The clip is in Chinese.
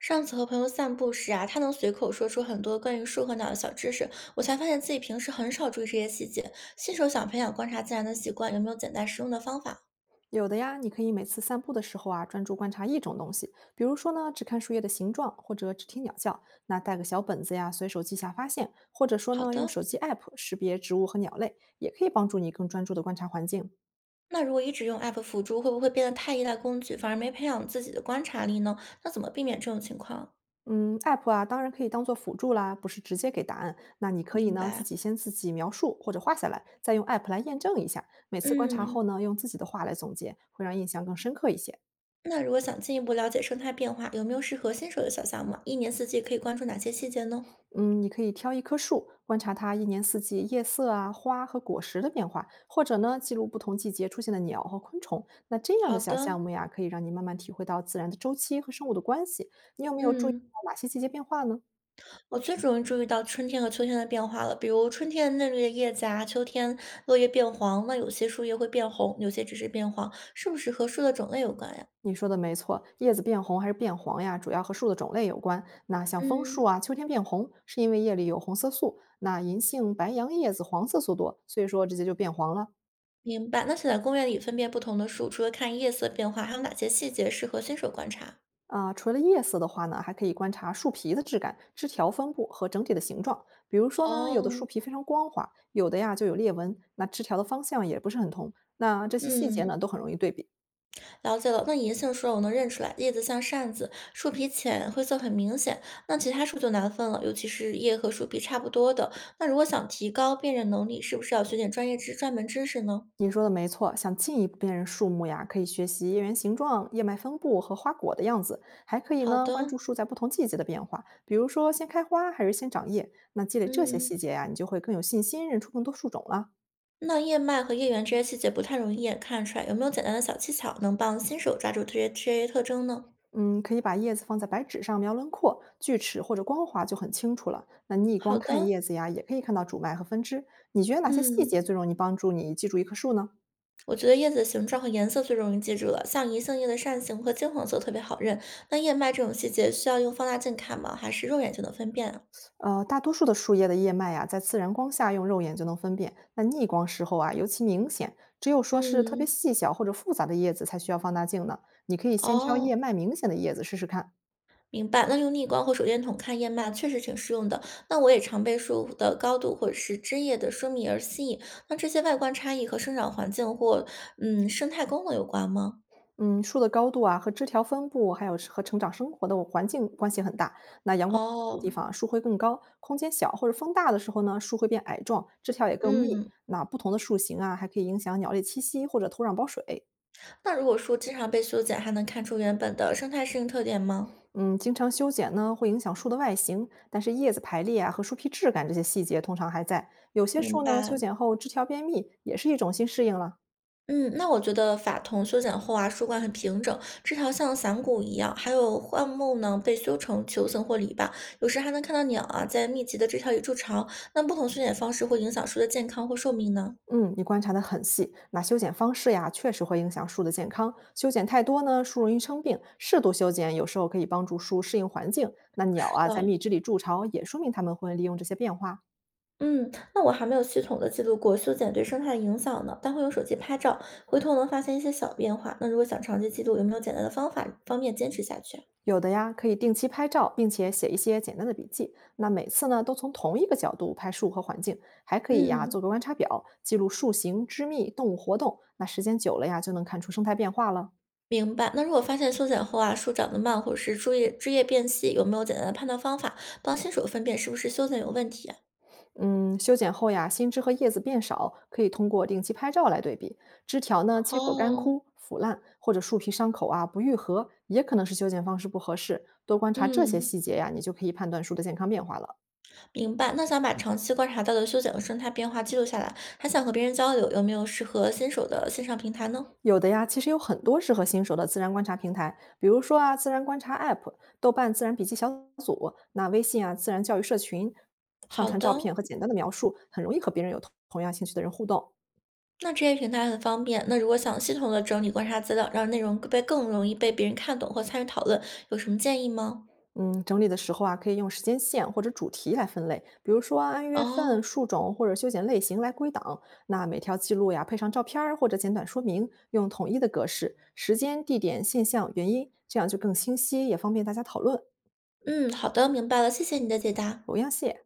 上次和朋友散步时啊，他能随口说出很多关于树和鸟的小知识，我才发现自己平时很少注意这些细节。新手想培养观察自然的习惯，有没有简单实用的方法？有的呀，你可以每次散步的时候啊，专注观察一种东西，比如说呢，只看树叶的形状，或者只听鸟叫。那带个小本子呀，随手记下发现，或者说好呢，用的，手机 app 识别植物和鸟类，也可以帮助你更专注的观察环境。那如果一直用 app 辅助，会不会变得太依赖工具，反而没培养自己的观察力呢？那怎么避免这种情况？嗯，app 啊，当然可以当做辅助啦，不是直接给答案。那你可以明呢，自白。己先自己描述或者画下来，再用 app 来验证一下。每次观察嗯，后呢，用自己的话来总结，会让印象更深刻一些。那如果想进一步了解生态变化，有没有适合新手的小项目啊一年四季可以关注哪些细节呢？嗯，你可以挑一棵树，观察它一年四季叶色啊、花和果实的变化，或者呢，记录不同季节出现的鸟和昆虫。那这样好的小的，项目呀，可以让你慢慢体会到自然的周期和生物的关系。你有没有注意嗯。到哪些季节变化呢？我最容易注意到春天和秋天的变化了，比如春天嫩绿的叶子啊，秋天落叶变黄，那有些树叶会变红，有些只是变黄，是不是和树的种类有关呀？你说的没错，叶子变红还是变黄呀，主要和树的种类有关。那像枫树嗯，啊，秋天变红是因为叶里有红色素；那银杏、白杨叶子黄色素多，所以说直接就变黄了。明白。那想在公园里分辨不同的树，除了看叶色变化，还有哪些细节适合新手观察？啊、除了叶色的话呢，还可以观察树皮的质感、枝条分布和整体的形状。比如说呢，有的哦，树皮非常光滑，有的呀就有裂纹，那枝条的方向也不是很同。那这些细节嗯，呢，都很容易对比。了解了。那银杏树我能认出来，叶子像扇子，树皮浅，灰色很明显。那其他树就难分了，尤其是叶和树皮差不多的。那如果想提高辨认能力，是不是要学点专业知专门知识呢？你说的没错，想进一步辨认树木呀，可以学习叶缘形状、叶脉分布和花果的样子，还可以好呢关的，注树在不同季节的变化，比如说先开花还是先长叶。那积累这些嗯，细节呀，你就会更有信心认出更多树种了。那叶脉和叶缘这些细节不太容易一眼看出来，有没有简单的小技巧能帮新手抓住这些特征呢？嗯，可以把叶子放在白纸上描轮廓、锯齿或者光滑就很清楚了。那逆好光看的，叶子呀，也可以看到主脉和分支。你觉得哪些细节嗯，最容易帮助你记住一棵树呢？我觉得叶子的形状和颜色最容易记住了，像银杏叶的扇形和金黄色特别好认。那叶脉这种细节需要用放大镜看吗？还是肉眼就能分辨啊大多数的树叶的叶脉呀，在自然光下用肉眼就能分辨，那逆光时候啊尤其明显。只有说是特别嗯，细小或者复杂的叶子才需要放大镜呢。你可以先挑哦。叶脉明显的叶子试试看。明白，那用逆光或手电筒看夜漫确实挺适用的。那我也常被树的高度或者是枝叶的疏密而吸引。那这些外观差异和生长环境或嗯生态功能有关吗？嗯，树的高度啊和枝条分布，还有是和成长生活的环境关系很大。那阳光的地哦，方，树会更高；空间小或者风大的时候呢，树会变矮壮，枝条也更密。嗯，那不同的树型啊，还可以影响鸟类栖息或者土壤保水。那如果树经常被修剪，还能看出原本的生态适应特点吗？嗯，经常修剪呢，会影响树的外形，但是叶子排列啊和树皮质感这些细节通常还在。有些明树呢，白。修剪后枝条变密，也是一种新适应了。嗯，那我觉得法桐修剪后啊，树冠很平整，枝条像伞骨一样。还有灌木呢，被修成球形或篱笆，有时还能看到鸟啊在密集的枝条里筑巢。那不同修剪方式会影响树的健康或寿命呢？嗯，你观察得很细。那修剪方式呀，确实会影响树的健康。修剪太多呢，树容易生病；适度修剪有时候可以帮助树适应环境。那鸟是啊，的，在蜜汁里筑巢，也说明它们会利用这些变化。嗯，那我还没有系统的记录过修剪对生态的影响呢，但会用手机拍照，回头能发现一些小变化。那如果想长期记录，有没有简单的方法方便坚持下去啊有的呀，可以定期拍照，并且写一些简单的笔记。那每次呢，都从同一个角度拍树和环境，还可以呀，嗯。做个观察表，记录树形、枝密、动物活动。那时间久了呀，就能看出生态变化了。明白。那如果发现修剪后啊，树长得慢，或者是枝叶变细，有没有简单的判断方法，帮新手分辨是不是修剪有问题啊嗯，修剪后呀，新枝和叶子变少，可以通过定期拍照来对比。枝条呢，切口干哦，枯、腐烂，或者树皮伤口啊不愈合，也可能是修剪方式不合适。多观察这些嗯，细节呀，你就可以判断树的健康变化了。明白。那想把长期观察到的修剪和生态变化记录下来，还想和别人交流，有没有适合新手的线上平台呢？有的呀，其实有很多适合新手的自然观察平台，比如说啊，自然观察 App、豆瓣自然笔记小组、那微信啊自然教育社群，上好传的，照片和简单的描述，很容易和别人有同样兴趣的人互动。那这些平台很方便。那如果想系统的整理观察资料，让内容被更容易被别人看懂或参与讨论，有什么建议吗？嗯，整理的时候啊，可以用时间线或者主题来分类，比如说啊按月份、哦，树种或者修剪类型来归档。那每条记录呀，配上照片儿或者简短说明，用统一的格式，时间、地点、现象、原因，这样就更清晰，也方便大家讨论，嗯，好的，明白了，谢谢你的解答。不要谢。